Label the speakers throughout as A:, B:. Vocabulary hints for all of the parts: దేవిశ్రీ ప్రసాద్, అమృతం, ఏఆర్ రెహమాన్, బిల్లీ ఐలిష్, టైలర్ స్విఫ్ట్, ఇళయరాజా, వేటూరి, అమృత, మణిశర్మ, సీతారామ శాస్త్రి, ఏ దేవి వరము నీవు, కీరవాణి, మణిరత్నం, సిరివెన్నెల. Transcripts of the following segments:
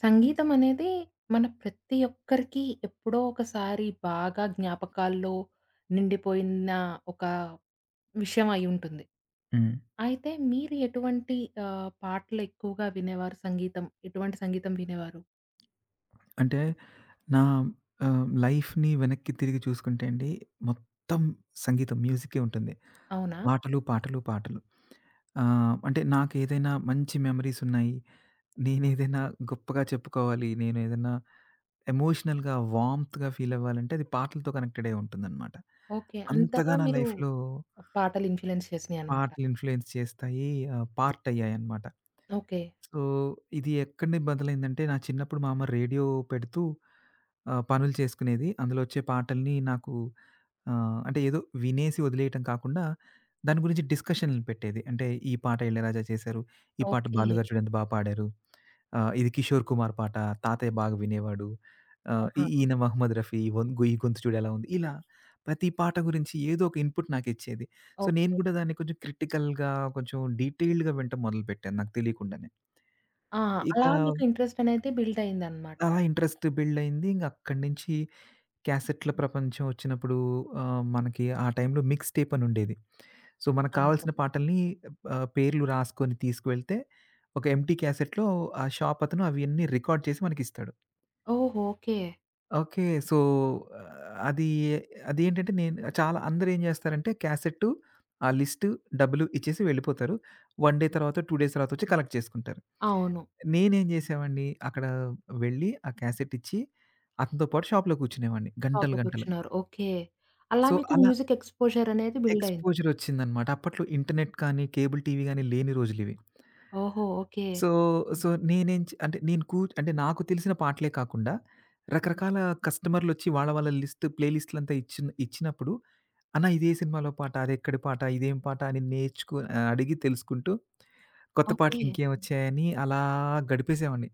A: సంగీతం అనేది మన ప్రతి ఒక్కరికి ఎప్పుడో ఒకసారి బాగా జ్ఞాపకాల్లో నిండిపోయిన ఒక విషయం అయి ఉంటుంది.
B: హ్మ్.
A: అయితే మీరు ఎటువంటి పాటలు ఎక్కువగా వినేవారు సంగీతం? ఎటువంటి సంగీతం వినేవారు?
B: అంటే నా లైఫ్‌ని వెనక్కి తిరిగి చూసుకుంటే అండి, మొత్తం మ్యూజికే ఉంటుంది.
A: అవునా?
B: పాటలు, పాటలు, పాటలు. అంటే నాకేదైనా మంచి మెమరీస్ ఉన్నాయి. నేనేదైనా గొప్పగా చెప్పుకోవాలి. నేను ఏదైనా ఎమోషనల్‌గా, వార్మ్‌త్‌గా ఫీల్ అవ్వాలంటే అది పాటలతో కనెక్టెడ్ అయి ఉంటుందన్నమాట.
A: ఓకే.
B: అంతగా
A: అంతగా
B: నా
A: మీరు
B: లైఫ్‌లో
A: పాటలు ఇన్‌ఫ్లూయెన్స్ చేసినాయన్నమాట.
B: పాటలు ఇన్‌ఫ్లూయెన్స్ చేస్తాయి. పార్ట్ అయ్యాయన్నమాట.
A: ఓకే.
B: సో, ఇది ఎక్కడి బదలైందంటే, నా చిన్నప్పుడు మా అమ్మ రేడియో పెడుతూ పనులు చేసుకునేది. అందులో వచ్చే పాటల్ని నాకు అంటే ఏదో వినేసి వదిలేయటం కాకుండా, దాని గురించి డిస్కషన్‌లు పెట్టేది. అంటే ఈ పాట ఇళయరాజా చేశారు, ఈ పాట
A: ఓకే.
B: బాలుగారు చూడు ఎంత బా పాడారు. ఇది కిషోర్ కుమార్ పాట, తాతయ్య బాగా వినేవాడు. ఈ
A: ఆహా!
B: మహమ్మద్ రఫీ వొన్ గొ ఈ గొంతు చూడు ఎలా ఉంది. ఇలా ప్రతి పాట గురించి ఏదో ఒక ఇన్‌పుట్ నాకిచ్చేది. సో, నేను
A: ఓకే.
B: కూడా దాన్ని కొంచెం క్రిటికల్‌గా, కొంచెం డీటెయిల్డ్‌గా వినటం మొదలుపెట్టాను నాకు తెలియకుండానే.
A: ఆ!
B: ఇక
A: అలా మీకు ఇంట్రెస్ట్ అనేది బిల్డ్ అయిందన్నమాట.
B: అలా ఇంట్రెస్ట్ బిల్డ్ అయింది. ఇంక అక్కడి నుంచి క్యాసెట్‌ల ప్రపంచం వచ్చినప్పుడు మనకి ఆ టైంలో మిక్స్ టేప్ అని ఉండేది. సో, మనకు
A: అవును.
B: కావాల్సిన పాటల్ని పేర్లు రాసుకొని తీసుకువెళ్తే, ఒక ఎంప్టీ క్యాసెట్‌లో ఆ షాపతను అవి అన్నీ రికార్డ్ చేసి మనకిస్తాడు.
A: ఓహ్! ఓకే.
B: ఓకే. సో, ఆహ్, అది అదేంటంటే నేను చాలా జేస్తారంటే క్యాసెట్టు, ఆ లిస్టు, డబ్బులు ఇచ్చేసి వెళ్ళిపోతారు. 1 డే తర్వాత, 2 డేస్ తర్వాతొచ్చి కలెక్ట్ చేసుకుంటారు.
A: అవును.
B: నేనేం జేసేవాడిని, అక్కడ వెళ్ళి ఆ క్యాసెట్టిచ్చి, అతనితో పాటు షాప్‌లో కూర్చునేవాడిని గంటలు,
A: జాబ్‌లో
B: గంటలు.
A: కూర్చున్నారు. ఓకే. అలా
B: సో,
A: మీకు
B: అలా
A: మ్యూజిక్ ఎక్స్‌పోజర్ అనేది బిల్డ్ అయింది.
B: ఎక్స్‌పోజరొచ్చిందనమాట. అప్పట్లో ఇంటర్నెట్ కానీ, కేబుల్ టీవీ గానీ లేని రోజులివి.
A: ఓహో! ఓకే.
B: సో, సో నేనేం చే అంటే నేను కూ అంటే నాకు తెలిసిన పాటలే కాకుండా రకరకాల కస్టమర్‌లొచ్చి వాళ్ళ వాళ్ళ లిస్ట్‌లంతా ఇచ్చినప్పుడు అన్న ఇదే సినిమాలో పాట, అదెక్కడి పాట, ఇదేం పాట అని అడిగి తెలుసుకుంటూ కొత్త
A: ఓకే.
B: పాటలు ఇంకేమొచ్చాయని అలా గడిపేసేవాడిని.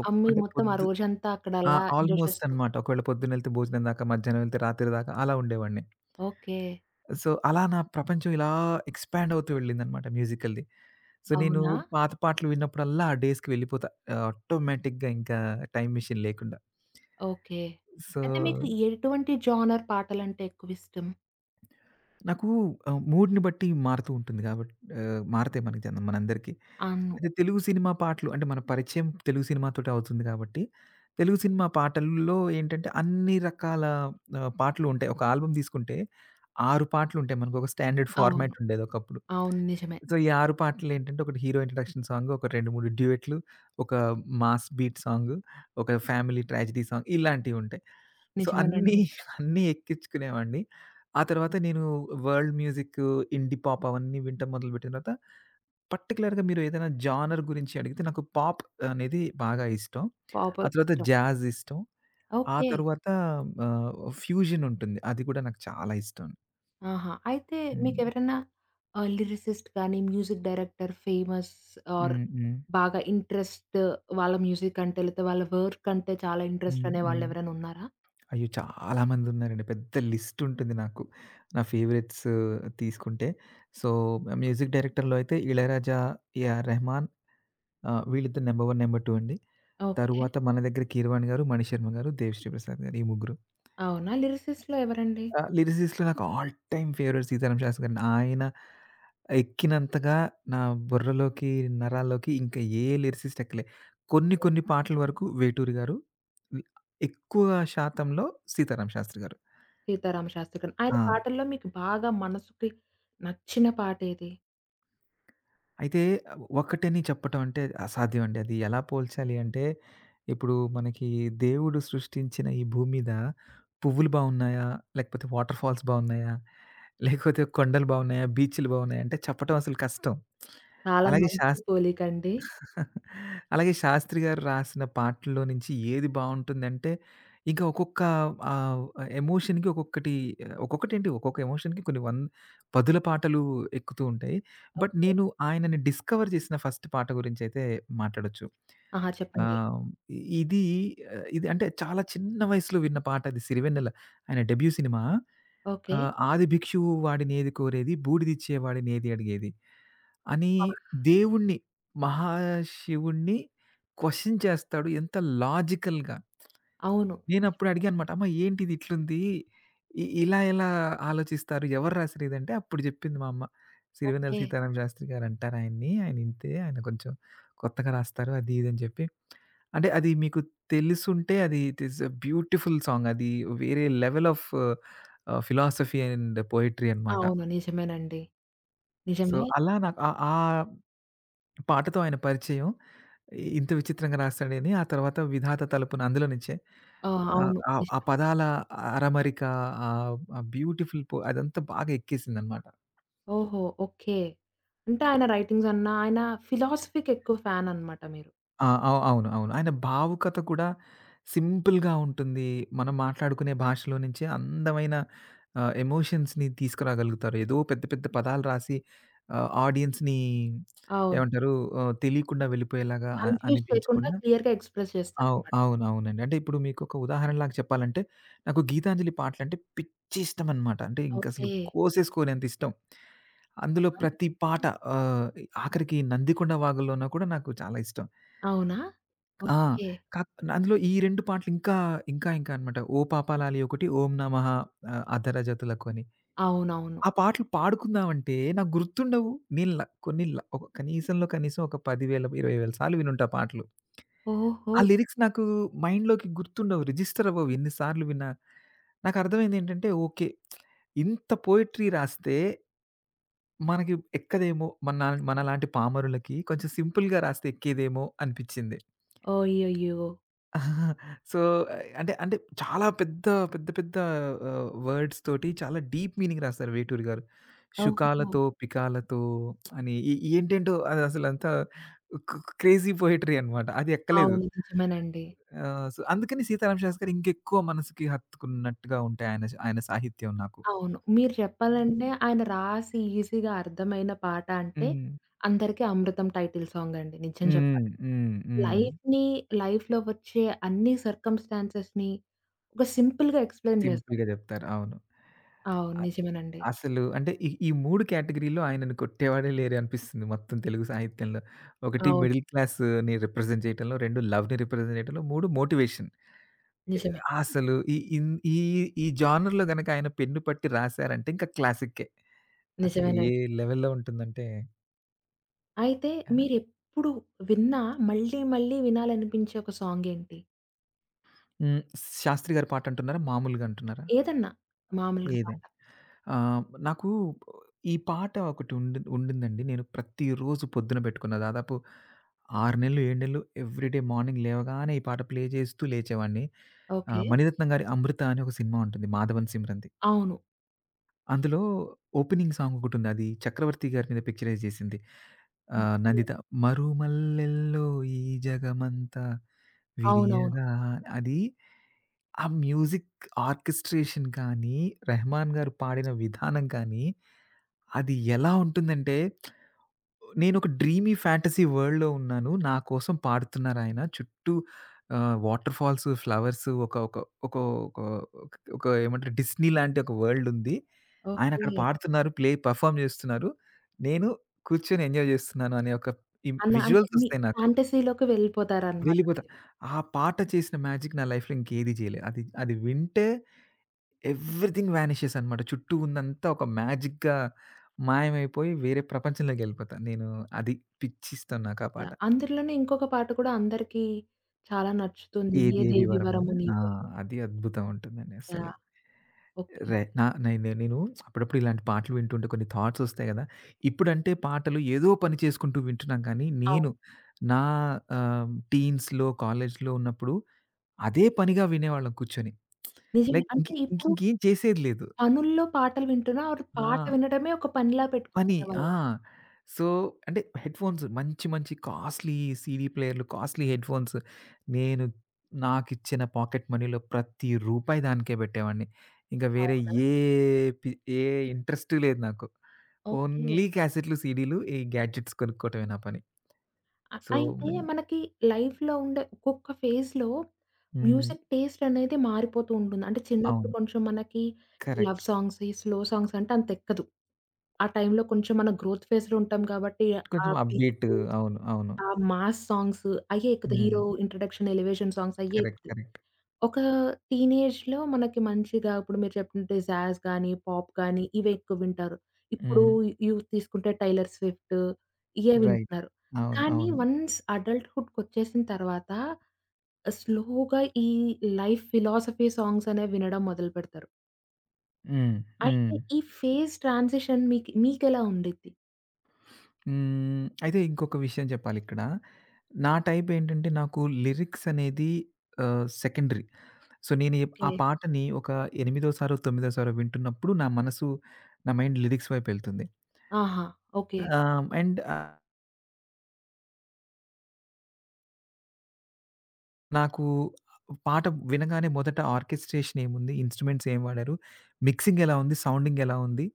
B: ఒప్
A: అమ్మి
B: అంటే
A: మొత్తం ఆ
B: పొద్దు
A: రోజంతా అక్కడ
B: ఆ!
A: అలా ఎంజాయ్
B: ఆల్‌మోస్ట్
A: చేస్తూ.
B: అనమాట. ఒకవేళ పొద్దునెళ్తే భోజనం దాకా, మధ్యాహ్నం వెళ్తే రాత్రి దాకా అలా ఉండేవాడిని.
A: ఓకే.
B: సో, అలా నా ప్రపంచం ఇలా ఎక్స్‌పాండ్ అవుతూ వెళ్ళిందనమాట మ్యూజికల్‌ది. సో, నేను
A: అవునా?
B: పాత పాటలు విన్నప్పుడల్లా ఆ డేస్‌కి వెళ్ళిపోతా ఆటోమేటిక్‌గా ఇంకా టైమ్ మెషిన్ లేకుండా.
A: ఓకే.
B: సో
A: అయితే మీకు ఎటువంటి జోనర్ పాటలంటే ఎక్కువిష్టం?
B: నాకు మూడ్‌ని బట్టి మారుతూ ఉంటుంది మారతాయి మనకి జనం మనందరికీ.
A: అవును.
B: అయితే తెలుగు సినిమా పాటలు అంటే మన పరిచయం తెలుగు సినిమాతోటే అవుతుంది గాబట్టి, తెలుగు సినిమా పాటల్లో ఏంటంటే అన్ని రకాల పాటలు ఉంటాయి. ఒక ఆల్బమ్ తీసుకుంటే 6 పాటలుంటాయి. మనకొక స్టాండర్డ్
A: అవును.
B: ఫార్మాట్ ఉండేది ఒకప్పుడు.
A: అవును. నిజమే.
B: సో, ఈ 6 పాటలేంటంటే ఒకటి హీరో ఇంట్రడక్షన్ సాంగ్, ఒక 2, 3 డ్యూయెట్లు, ఒక మాస్ బీట్ సాంగ్, ఒక ఫ్యామిలీ ట్రాజెడీ సాంగ్ ఇలాంటివుంటాయి. సో, అన్నీ
A: నిజమేనండి.
B: అన్నీ ఎక్కించుకునేవాడిని. ఆ తర్వాత నేను వరల్డ్ మ్యూజిక్, ఇండీ పాప్ అవన్నీ వినటం మొదలుపెట్టిన తర్వాత, పర్టిక్యులర్‌గా మీరు ఏదైనా జానర్ గురించి అడిగితే నాకు పాప్ అనేది బాగా ఇష్టం.
A: పాప్
B: ఆ తర్వాత
A: ఇష్టం.
B: జాజ్ ఇష్టం. ఆ
A: ఓకే.
B: తర్వాత ఆహ్, ఫ్యూజన్ ఉంటుంది. అది కూడా నాకు చాలా ఇష్టం.
A: ఆహా! అయితే
B: హ్మ్.
A: మీకెవరైనా లిరిసిస్ట్ గానీ, మ్యూజిక్ డైరెక్టర్ ఫేమస్ ఆర్
B: హ్మ్. హ్మ్.
A: బాగా ఇంట్రెస్ట్ వాళ్ళ మ్యూజిక్ అంటే, లేతే వాళ్ళ వర్క్ అంటే చాలా ఇంట్రెస్ట్
B: హ్మ్.
A: అనే
B: హ్మ్.
A: వాళ్ళెవరైనా ఉన్నారా?
B: అయ్యో! చాలా మంది ఉన్నారండి. పెద్ద లిస్ట్ ఉంటుంది నాకు. నా ఫేవరెట్స్ తీసుకుంటే. సో, మ్యూజిక్ డైరెక్టర్‌లో అయితే 'ఇళయరాజా', 'ఏఆర్ రెహమాన్' వీళ్ళిద్దరు నంబర్ 1, నంబర్ 2 అండి.
A: ఓకే.
B: తరువాత మన దగ్గర 'కీరవాణి' గారు, మణిశర్మ గారు, 'దేవిశ్రీ ప్రసాద్' గారు. ఈ ముగ్గురు.
A: అవునా? లిరిసిస్ట్‌లో ఎవరండి?
B: లిరిసిస్ట్‌లో నాకు all time favourite 'సీతారామ శాస్త్రి' garu. ఆయన ఎక్కినంతగా నా బుర్రలోకి, నరాల్లోకి ఇంకా ఏ లిరిసిస్ట్ ఎక్కలే. కొన్ని
A: అవును.
B: కొన్ని పాటల వరకు 'వేటూరి' గారు. ఎక్కువ శాతంలో 'సీతారామ శాస్త్రి' గారు.
A: 'సీతారామ శాస్త్రి' గారు. ఆయన
B: ఆ!
A: పాటల్లో మీకు బాగా మనసుకి నచ్చిన పాటేది?
B: అయితే ఒక్కటని చెప్పటం అంటే అసాధ్యం అండి. అది ఎలా పోల్చాలి అంటే, ఇప్పుడు మనకి దేవుడు సృష్టించిన ఈ భూమి మీద పువ్వులు బావున్నాయా? లేకపోతే వాటర్ ఫాల్స్ బావున్నాయా? లేకపోతే కొండలు బావున్నాయా? బీచ్‌లు బావున్నాయా? అంటే చెప్పటం అసలు కష్టం.
A: చాలా
B: అలాగే
A: మంచి
B: శాస్
A: పోలికండి.
B: అలాగే శాస్త్రి గారు రాసిన పాటల్లో నుంచి ఏది బావుంటుందంటే, ఇంకా ఆహ్, ఎమోషన్‌కి ఒక్కొక్క ఎమోషన్‌కి కొన్ని వం పదుల పాటలు ఎక్కుతూ ఉంటాయి. బట్ నేను ఆయనని డిస్కవర్ చేసిన ఫస్ట్ పాట గురించైతే మాట్లాడొచ్చు.
A: ఆహా! చెప్పండి.
B: ఆహ్, ఇది ఇది అంటే చాలా చిన్న వయసులో విన్న పాట అది 'సిరివెన్నెల' ఆయన డెబ్యూ సినిమా.
A: ఓకే.
B: 'ఆది భిక్షువు వాడినేది కోరేది బూడిదిచ్చేవాడినేది అడిగేది.' అని దేవుడిని, మహాశివుడిని క్వెషన్ చేస్తాడు. ఎంత లాజికల్‌గా.
A: అవును.
B: నేనప్పుడు అడిగానన్నమాట. అమ్మ ఏంటిది ఇట్లుంది? ఇలా ఎలా ఆలోచిస్తారు? ఎవరు రాసిర్రు ఇదంటే అప్పుడు చెప్పింది మా అమ్మ. సిరివెన్నెల
A: ఓకే.
B: సీతారామ శాస్త్రి గారు అంటారు ఆయన్ని. ఆయన ఇంతే. ఆయన కొంచెం కొత్తగా రాస్తారు. అది ఇది అని చెప్పి. అంటే అది మీకు తెలుసుంటే అది it is a beautiful song. అది వేరే level of philosophy and poetry అన్నమాట.
A: అవును. నిజమేనండి.
B: సో,
A: నిజమే.
B: అలా నాకు ఆ పాటతో ఆయన పరిచయం. ఇంత విచిత్రంగా రాస్తాడని, ఆ తర్వాత 'విధాత తలుపున' అందులో నుంచే.
A: ఆ!
B: ఆహ్,
A: అవును.
B: ఆహ్, ఆ
A: నిజమే.
B: పదాల అరమరిక, ఆ బ్యూటిఫుల్ పో అదంతా బాగా ఎక్కేసిందనమాట.
A: ఓహో! ఓకే. అంటే ఆయన రైటింగ్స్ అన్నా, ఆయన ఫిలాసఫీకి ఎక్కువ ఫ్యాన్ అన్నమాట మీరు.
B: ఆ! అవును. అవును. ఆయన భావుకత కూడా సింపుల్‌గా ఉంటుంది. మనం మాట్లాడుకునే భాషలో నుంచే అందమైన ఎమోషన్స్‌ని తీసుకురాగలుగుతారు. ఏదో పెద్ద పెద్ద పదాలు రాసి ఆడియన్స్‌ని
A: అవును.
B: ఏమంటారు? తెలియకుండా వెళ్ళిపోయేలాగా
A: కన్‌ఫ్యూజ్ చేయకుండా
B: అనిపించకుండా
A: క్లియర్‌గా ఎక్స్‌ప్రెస్ చేస్తారన్నమాట.
B: అవునవునండి. అంటే ఇప్పుడు మీకొక ఉదాహరణలాగా చెప్పాలంటే, నాకు 'గీతాంజలి' పాటలంటే పిచ్చి ఇష్టమనమాట. అంటే ఇంకసలు
A: ఓకే.
B: కోసేసుకోలేనంత ఇష్టం. అందులో ప్రతి పాట ఆహ్, ఆఖరికి 'నందికొండ వాగుల్లోన' కూడా నాకు చాలా ఇష్టం.
A: అవునా?
B: ఆ!
A: ఓకే.
B: కాక్ అందులో ఈ 2 పాటలు ఇంకా అనమాట. 'ఓ పాపాలాలి' ఒకటి, 'ఓం నమః అధరజతులకు' అని.
A: అవునవును.
B: ఆ పాటలు పాడుకుందామంటే నాకు గుర్తుండవు. నేను ల కొన్ని ల ఒక కనీసంలో కనీసం ఒక 10,000, 20,000 సార్లు వినుంటా ఆ పాటలు.
A: ఓహో!
B: ఆ లిరిక్స్ నాకు మైండ్‌లోకి గుర్తుండవు. రిజిస్టర్ అవ్వవు ఎన్ని సార్లు విన్నా. నాకర్థమైందేంటంటే ఓకే. ఇంత పోయెట్రీ రాస్తే మనకి ఎక్కదేమో మనలాంటి పామరులకి కొంచెం సింపుల్‌గా రాస్తే ఎక్కేదేమో అనిపిచ్చింది.
A: అయ్యయ్యో!
B: సో, అంటే అంటే చాలా పెద్ద పెద్ద పెద్ద వర్డ్స్ తోటి చాలా డీప్ మీనింగ్ రాస్తారు వేటూరి గారు.
A: ఓహో!
B: శుకాలతో, పికాలతో అని ఏంటేంటో అదసలంతా క్ క్రేజీ పోయెట్రీ అనమాట. అది ఎక్కలేదు.
A: అవును. నిజమేనండి.
B: ఆ! సో, అందుకని 'సీతారామ శాస్త్రి' గారు ఇంకెక్కువ మనసుకి హత్తుకున్నట్టుగా ఉంటాయి ఆయన ఆయన సాహిత్యం నాకు.
A: అవును. మీరు
B: హ్మ్.
A: చెప్పాలంటే ఆయన రాసి ఈజీగా అర్థమైన పాట అంటే
B: హ్మ్.
A: అందరికీ 'అమృతం' టైటిల్ సాంగ్ అండి నిజం
B: హ్మ్.
A: చెప్పాలి.
B: హ్మ్. హ్మ్.
A: లైఫ్‌ని లైఫ్‌లో వచ్చే అన్ని సర్కమ్‌స్టాన్సెస్‌ని ఒక సింపుల్‌గా ఎక్స్‌ప్లెయిన్ చేశారు.
B: సింపుల్‌గా జెప్తారు. అవును.
A: అవును.
B: అ
A: నిజమేనండి.
B: అసలు అంటే ఈ ఈ 3 కేటగరీలో ఆయనను కొట్టేవాడే లేరు అనిపిస్తుంది మొత్తం తెలుగు సాహిత్యంలో. ఒకటి
A: అవును.
B: మిడిల్ క్లాస్‌ని రిప్రజెంట్ చేయటంలో, 2 లవ్‌ని రిప్రజెంట్ చేయటంలో, 3 మోటివేషన్. ఎ
A: నిజమే.
B: అసలు ఈ ఇన్ ఈ ఈ జోనర్‌లో గనక ఆయన పెన్ను పట్టి రాసారంటే ఇంకా క్లాసిక్కే. అసలు ఏ
A: నిజమేనండి.
B: లెవెల్‌లో ఉంటుందంటే
A: అయితే మీరెప్పుడు విన్నా మళ్ళీ, మళ్ళీ వినాలనిపించే ఒక సాంగేంటి?
B: హ్మ్. 'శాస్త్రి' గారి పాటంటున్నారా? మామూలుగా అంటున్నారా?
A: ఏదన్నా మామూలుగా
B: ఏది?
A: పాట.
B: నాకు ఈ పాట ఒకటి ఉండిందండి. నేను ప్రతిరోజు పొద్దున పెట్టుకున్న దాదాపు 6 నెలలు, 7 నెలలు ఎవ్రీడే మార్నింగ్ లేవగానే ఈ పాట ప్లే చేస్తూ లేచేవాడిని.
A: ఓకే.
B: మణిరత్నం గారి 'అమృత' అని ఒక సినిమా ఉంటుంది. మాధవన్, సిమ్రంది.
A: అవును.
B: అందులో ఓపెనింగ్ సాంగ్ ఒకటుంది. అది చక్రవర్తి గారి మీద పిక్చరైజ్ చేసింది.
A: ఓకే.
B: 'నందిత' మరుమల్లెల్లో ఈ జగమంతా
A: అవునవును.
B: విరియగా అది ఆ మ్యూజిక్ ఆర్కెస్ట్రేషన్ కానీ, రెహమాన్ గారు పాడిన విధానం కానీ, అది ఎలా ఉంటుందంటే, నేనొక డ్రీమీ ఫ్యాంటసీ వరల్డ్‌లో ఉన్నాను. నా కోసం పాడుతున్నారాయన. చుట్టూ వాటర్ ఫాల్స్, ఫ్లవర్స్ ఒక ఒక ఒక ఒక ఒక ఏమంటారు డిస్నీ లాంటి ఒక వరల్డ్ ఉంది. ఆయనక్కడ
A: ఓకే.
B: పాడుతున్నారు. ప్లే పెర్ఫార్మ్ చేస్తున్నారు. నేను కూర్చొని ఎంజాయ్ చేస్తున్నాను అనే ఒక
A: అన్న అంటే
B: విజువల్స్
A: మీ
B: వస్తాయి నాకు.
A: ఫాంటసీలోకి వెళ్ళిపోతారనమాట
B: వెళ్ళిపోతా.
A: మీరు.
B: ఆ పాట చేసిన మ్యాజిక్ నా లైఫ్‌లో ఇంకేది చేయలే. అది అది వింటే ఎవ్రీథింగ్ వానిషెస్ అనమాట. చుట్టూ ఉందంతా ఒక మ్యాజిక్‌గా మాయమైపోయి వేరే ప్రపంచంలోకెళ్ళిపోతా. నేను అది పిచ్చిష్టం నాకా
A: ఇలా
B: పాట.
A: అందులోనే ఇంకొక పాట కూడా అందరికీ చాలా నచ్చుతుంది. 'ఏ
B: 'ఏదేవి
A: దేవి
B: వరం' అని.
A: వరము
B: ఆ!
A: నీవు' అని.
B: అది అద్భుతం ఉంటుందండి అస్సలు.
A: యాహ్! ఓకే.
B: రె నా నేను నేను అప్పుడప్పుడు ఇలాంటి పాటలు వింటుంటే కొన్ని థాట్స్ ఒస్తాయి గదా! ఇప్పుడంటే పాటలు ఏదో పని చేసుకుంటూ వింటున్నాం కానీ, నేను
A: అవును.
B: నా టీన్స్‌లో, కాలేజ్‌లో ఉన్నప్పుడు అదే పనిగా వినేవాళ్ళం కూర్చొని.
A: నిజమే.
B: లైక్ ఇంక
A: అంటే
B: ఇంక
A: ఇప్పుడు
B: ఇంకేం చేసేది లేదు.
A: పనుల్లో పాటలు వింటున్నా ఆర్ పాట
B: ఆ!
A: వినడమే ఒక పనిలా పెట్టుకుని
B: పని. ఆ!
A: వినేవాళ్ళు.
B: సో, అంటే హెడ్‌ఫోన్స్ మంచి మంచి కాస్ట్‌లీ సీడీ ప్లేయర్‌లు, కాస్ట్‌లీ హెడ్‌ఫోన్స్ నేను నాకిచ్చిన పాకెట్ మనీలో ప్రతి రూపాయి దానికే పెట్టేవాడిని. ఇంక వేరే
A: అవును.
B: ఏ పి ఏ ఇంట్రెస్ట్ లేదు నాకు.
A: ఓకే.
B: ఓన్లీ క్యాసెట్‌లు, సీడీలు, ఈ గ్యాడ్జెట్స్ కొనుక్కోవటమే నా పని. సో,
A: అయితే
B: మన్
A: మనకి లైఫ్‌లో ఉండే ఒక్కొక్క ఫేజ్‌లో
B: హ్మ్.
A: మ్యూజిక్ టేస్ట్ అనేది మారిపోతూ ఉంటుంది. అంటే చిన్నప్పుడు
B: అవును.
A: కొంచెం మనకి
B: కరెక్ట్.
A: లవ్ సాంగ్స్, ఈ స్లో సాంగ్స్ అంటే అంత ఎక్కదు. ఆ టైంలో కొంచెం మన గ్రోత్ ఫేజ్‌లో ఉంటాం కాబట్టి ఆ
B: కొంచెం అప్‌డేట్
A: బీటు,
B: అవును. అవును.
A: ఆ మాస్ సాంగ్స్ అయ్యే ఎక్కుతాయి.
B: హ్మ్.
A: హీరో ఇంట్రడక్షన్, ఎలివేషన్ సాంగ్స్ అయ్యే
B: కరెక్ట్.
A: ఎక్కుతాయి.
B: కరెక్ట్.
A: ఒక టీనేజ్‌లో మనకి మంచిగా ఇప్పుడు మీరు చెప్పినట్టు జాజ్ గానీ, పాప్ గానీ ఇవే ఎక్కువ వింటారు. ఇప్పుడు
B: హ్మ్.
A: యూత్ తీసుకుంటే 'టైలర్ స్విఫ్ట్' ఇయే
B: రైట్.
A: వింటున్నారు.
B: అవును.
A: కానీ
B: అవును.
A: వన్స్ అడల్ట్‌హుడ్‌కొచ్చేసిన తర్వాత స్లోగా ఈ లైఫ్ ఫిలాసఫీ సాంగ్స్ అనేవి వినడం మొదలుపెడతారు.
B: హ్మ్. హ్మ్.
A: అయితే ఈ ఫేజ్ ట్రాన్సిషన్ మీకెలా ఉండిద్ది?
B: హ్మ్. అయితే ఇంకొక విషయం చెప్పాలిక్కడ. నా టైప్ ఏంటంటే నాకు లిరిక్స్ అనేది సెకండరీ. సో, నేను ఎప్
A: ఓకే.
B: ఆ పాటని ఒక ఎనిమిదో సారో, తొమ్మిదో సారో వింటున్నప్పుడు నా మనసు, నా మైండ్ లిరిక్స్ వైపెళ్తుంది.
A: ఆహా! ఓకే.
B: అండ్ నాకు పాట వినగానే మొదట ఆర్కెస్ట్రేషన్ ఏముంది, ఇన్‌స్ట్రుమెంట్స్ ఏం వాడారు, మిక్సింగ్ ఎలా ఉంది, సౌండింగ్ ఎలా ఉంది,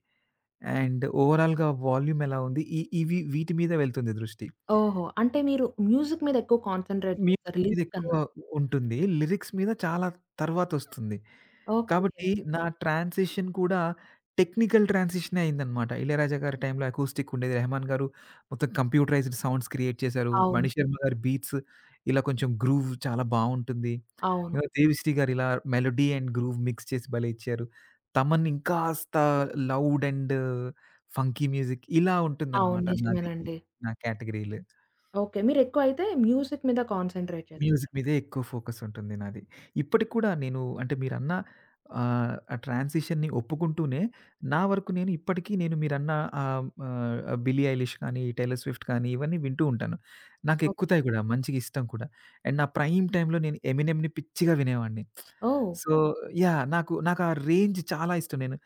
B: అండ్ ఓవరాల్‌గా వాల్యూమ్ ఎలా ఉంది, ఈ ఇవి వీటి మీద వెళ్తుంది దృష్టి.
A: ఓహో! అంటే మీరు మ్యూజిక్ మీద ఎక్కువ కాన్సంట్రేట్
B: మ్యూజిక్
A: చేస్తారు లిరిక్స్
B: మీదెక్కువ
A: కన్నా.
B: ఉంటుంది. లిరిక్స్ మీద చాలా తర్వాతొస్తుంది.
A: ఓకే.
B: కాబట్టి నా ట్రాన్సిషన్ కూడా టెక్నికల్ ట్రాన్సిషనే అయిందనమాట. 'ఇళయరాజా' గారి టైంలో అకూస్టిక్ ఉండేది. 'రెహమాన్' గారు మొత్తం కంప్యూటరైజ్డ్ సౌండ్స్ క్రియేట్ చేశారు.
A: అవును.
B: 'మణిశర్మ' గారి బీట్స్ ఇలా కొంచెం గ్రూవ్ చాలా బావుంటుంది.
A: అవును.
B: ఇంకా 'దేవిశ్రీ' గారు ఇలా మెలోడీ అండ్ గ్రూవ్ మిక్స్ చేసి భలే ఇచ్చారు. 'తమన్' ఇంకాస్త లౌడ్ అండ్ ఫంకీ మ్యూజిక్ ఇలా
A: అవును.
B: ఉంటుందనమాట నాది.
A: నిజమేనండి.
B: నా కేటగిరీలు.
A: ఓకే. మీరెక్కువ అయితే మ్యూజిక్ మీద కాన్సంట్రేట్
B: మ్యూజిక్
A: చేస్తారు.
B: మీదే ఎక్కువ ఫోకస్ ఉంటుంది నాది. ఇప్పటికి కూడా నేను అంటే మీరన్న ఆ ట్రాన్సిషన్‌ని ఒప్పుకుంటూనే, నా వరకు నేను ఇప్పటికీ నేను మీరన్న ఆహ్, ఆహ్, బిల్లీ ఐలిష్ కానీ, టైలర్ స్విఫ్ట్ కానీ ఇవన్నీ వింటూ ఉంటాను. నాకు
A: ఓకే.
B: ఎక్కుతాయి కూడా, మంచిగా ఇష్టం కూడా. అండ్ నా ప్రైమ్ టైమ్‌లో నేను ఎమినెమ్‌ని పిచ్చిగా వినేవాడిని.
A: ఓహ్!
B: So, yeah! నాకు నాకు ఆ రేంజ్ చాలా ఇష్టం. నేను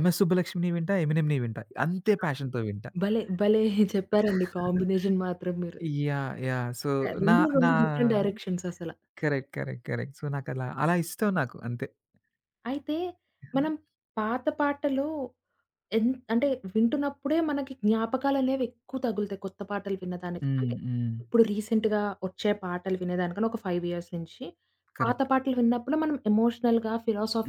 B: ఎంఎస్ సుబ్బలక్ష్మిని వింటా, ఎమినెమ్‌ని వింటా. అంతే ప్యాషన్‌తో వింటా.
A: భలే! భలే! చెప్పారండి కాంబినేషన్ మాత్రం మీరు.
B: యాహ్! యాహ్! సో, నా
A: 2,
B: నా
A: 2 డిఫరెంట్ డైరెక్షన్స్ అసల.
B: కరెక్ట్. కరెక్ట్. కరెక్ట్. సో, నాకలా అలా అలా ఇష్టం నాకు అంతే.
A: అయితే మనం పాత పాటలు అంటే వింటున్నప్పుడే మనకి జ్ఞాపకాలనేవి ఎక్కువ తగులుతాయి కొత్త పాటలు విన్నదానికి.
B: హ్మ్.
A: అంటే
B: హ్మ్.
A: ఇప్పుడు రీసెంట్‌గా వచ్చే పాటలు వినేదానికన్నా ఒక 5 ఇయర్స్ నుంచి పాత
B: కరెక్ట్.
A: పాటలు విన్నప్పుడు మనం ఎమోషనల్‌గా,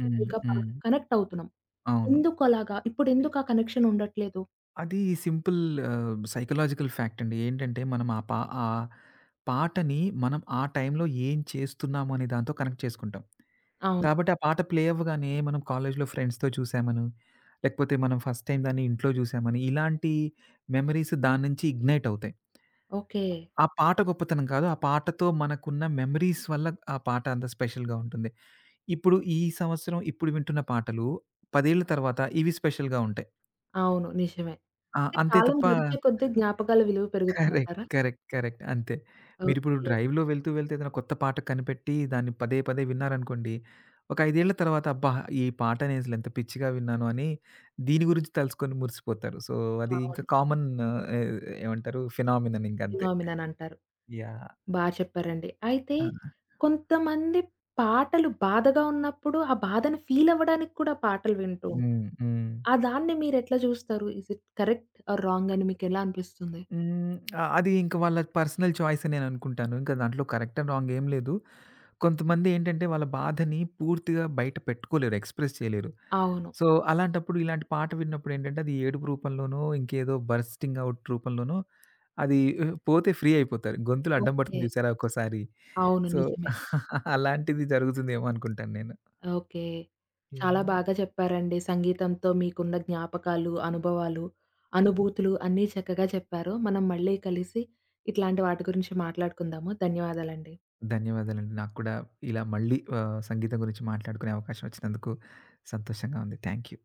B: హ్మ్.
A: బాగా
B: హ్మ్.
A: కనెక్ట్ అవుతున్నాం.
B: అవును.
A: ఎందుకలాగా? ఇప్పుడెందుకు ఆ కనెక్షన్ ఉండట్లేదు?
B: అది సింపుల్ సైకలాజికల్ ఫ్యాక్ట్ అండి. ఏంటంటే, మనం ఆ పా ఆ పాటని మనం ఆ టైంలో ఏం చేస్తున్నాము అనే దాంతో కనెక్ట్ చేసుకుంటాం.
A: అవును.
B: కాబట్టి ఆ పాట ప్లే అవ్వగానే మనం కాలేజ్‌లో ఫ్రెండ్స్‌తో చూసామను, లేకపోతే మనం ఫస్ట్ టైమ్ దాన్ని ఇంట్లో చూసామని, ఇలాంటి మెమరీస్ దాని నుంచి ఇగ్నైట్ అవుతాయి.
A: ఓకే.
B: ఆ పాట గొప్పతనం కాదు. ఆ పాటతో మనకున్న మెమరీస్ వల్ల ఆ పాట అంత స్పెషల్‌గా ఉంటుంది. ఇప్పుడు ఈ సంవత్సరం ఇప్పుడు వింటున్న పాటలు 10 ఏళ్ల తర్వాత ఇవి స్పెషల్‌గా ఉంటాయి.
A: అవును. నిజమే.
B: ఆ!
A: అంటే
B: అంతే
A: కాలం
B: తప్ప
A: గడిచే కొద్దీ జ్ఞాపకాల విలువ
B: కరెక్ట్.
A: పెరుగుతుందంటారా?
B: కరెక్ట్. కరెక్ట్. అంతే. మీరిప్పుడు
A: ఓకే.
B: డ్రైవ్‌లో వెళ్తూ, వెళ్తూ ఏదైనా కొత్త పాట కనిపెట్టి దాన్ని పదే విన్నారనుకోండి. ఒక 5 ఏళ్ల తర్వాత అబ్బా! ఈ పాటని అసలు ఎంత పిచ్చిగా విన్నాను అని దీని గురించి తలుసుకొని మురిసిపోతారు. సో, అది ఇంకా
A: అవును.
B: కామన్ ఏ ఏమంటారు ఫినామినన్ ఇంకంతే.
A: ఫినామినన్ అంటారు.
B: యాహ్!
A: బా చెప్పారండి. అయితే
B: ఆ!
A: కొంతమంది పాటలు బాధగా ఉన్నప్పుడు ఆ బాధని ఫీల్ అవ్వడానికి కూడా పాటలు వింటూ ఉంటారు.
B: హ్మ్. హ్మ్.
A: ఆ దాన్ని మీరెట్లా చూస్తారు? Is it correct or wrong అని మీకెలా అనిపిస్తుంది?
B: హ్మ్. అది ఇంక వాళ్ళ పర్సనల్ చాయిస్ అని నేను అనుకుంటాను. ఇంకా దాంట్లో కరెక్ట్ అండ్ రాంగ్ ఏం లేదు. కొంతమందేంటంటే వాళ్ళ బాధని పూర్తిగా బయట పెట్టుకోలేరు. ఎక్స్‌ప్రెస్ చేయలేరు.
A: అవును.
B: సో, అలాంటప్పుడు ఇలాంటి పాట విన్నప్పుడేంటంటే అది ఏడుపు రూపంలోనో, ఇంకేదో బర్స్టింగ్ ఔట్ రూపంలోనో అది పోతే ఫ్రీ అయిపోతారు. గొంతులో అడ్డం
A: ఓకే.
B: పడుతుంది చూసారా ఒక్కోసారి.
A: అవును.
B: సో,
A: నిజమే.
B: అలాంటిది జరుగుతుందేమో అనుకుంటాను నేను.
A: ఓకే. చాలా
B: యాహ్!
A: బాగా చెప్పారండి. సంగీతంతో మీకున్న జ్ఞాపకాలు, అనుభవాలు, అనుభూతులు అన్నీ చక్కగా చెప్పారు. మనం మళ్ళీ కలిసి ఇట్లాంటి వాటి గురించి మాట్లాడుకుందాము. ధన్యవాదాలండి.
B: ధన్యవాదాలండి. నాకు కూడా ఇలా మళ్ళీ సంగీతం గురించి మాట్లాడుకునే అవకాశం వచ్చినందుకు సంతోషంగా ఉంది. Thank you.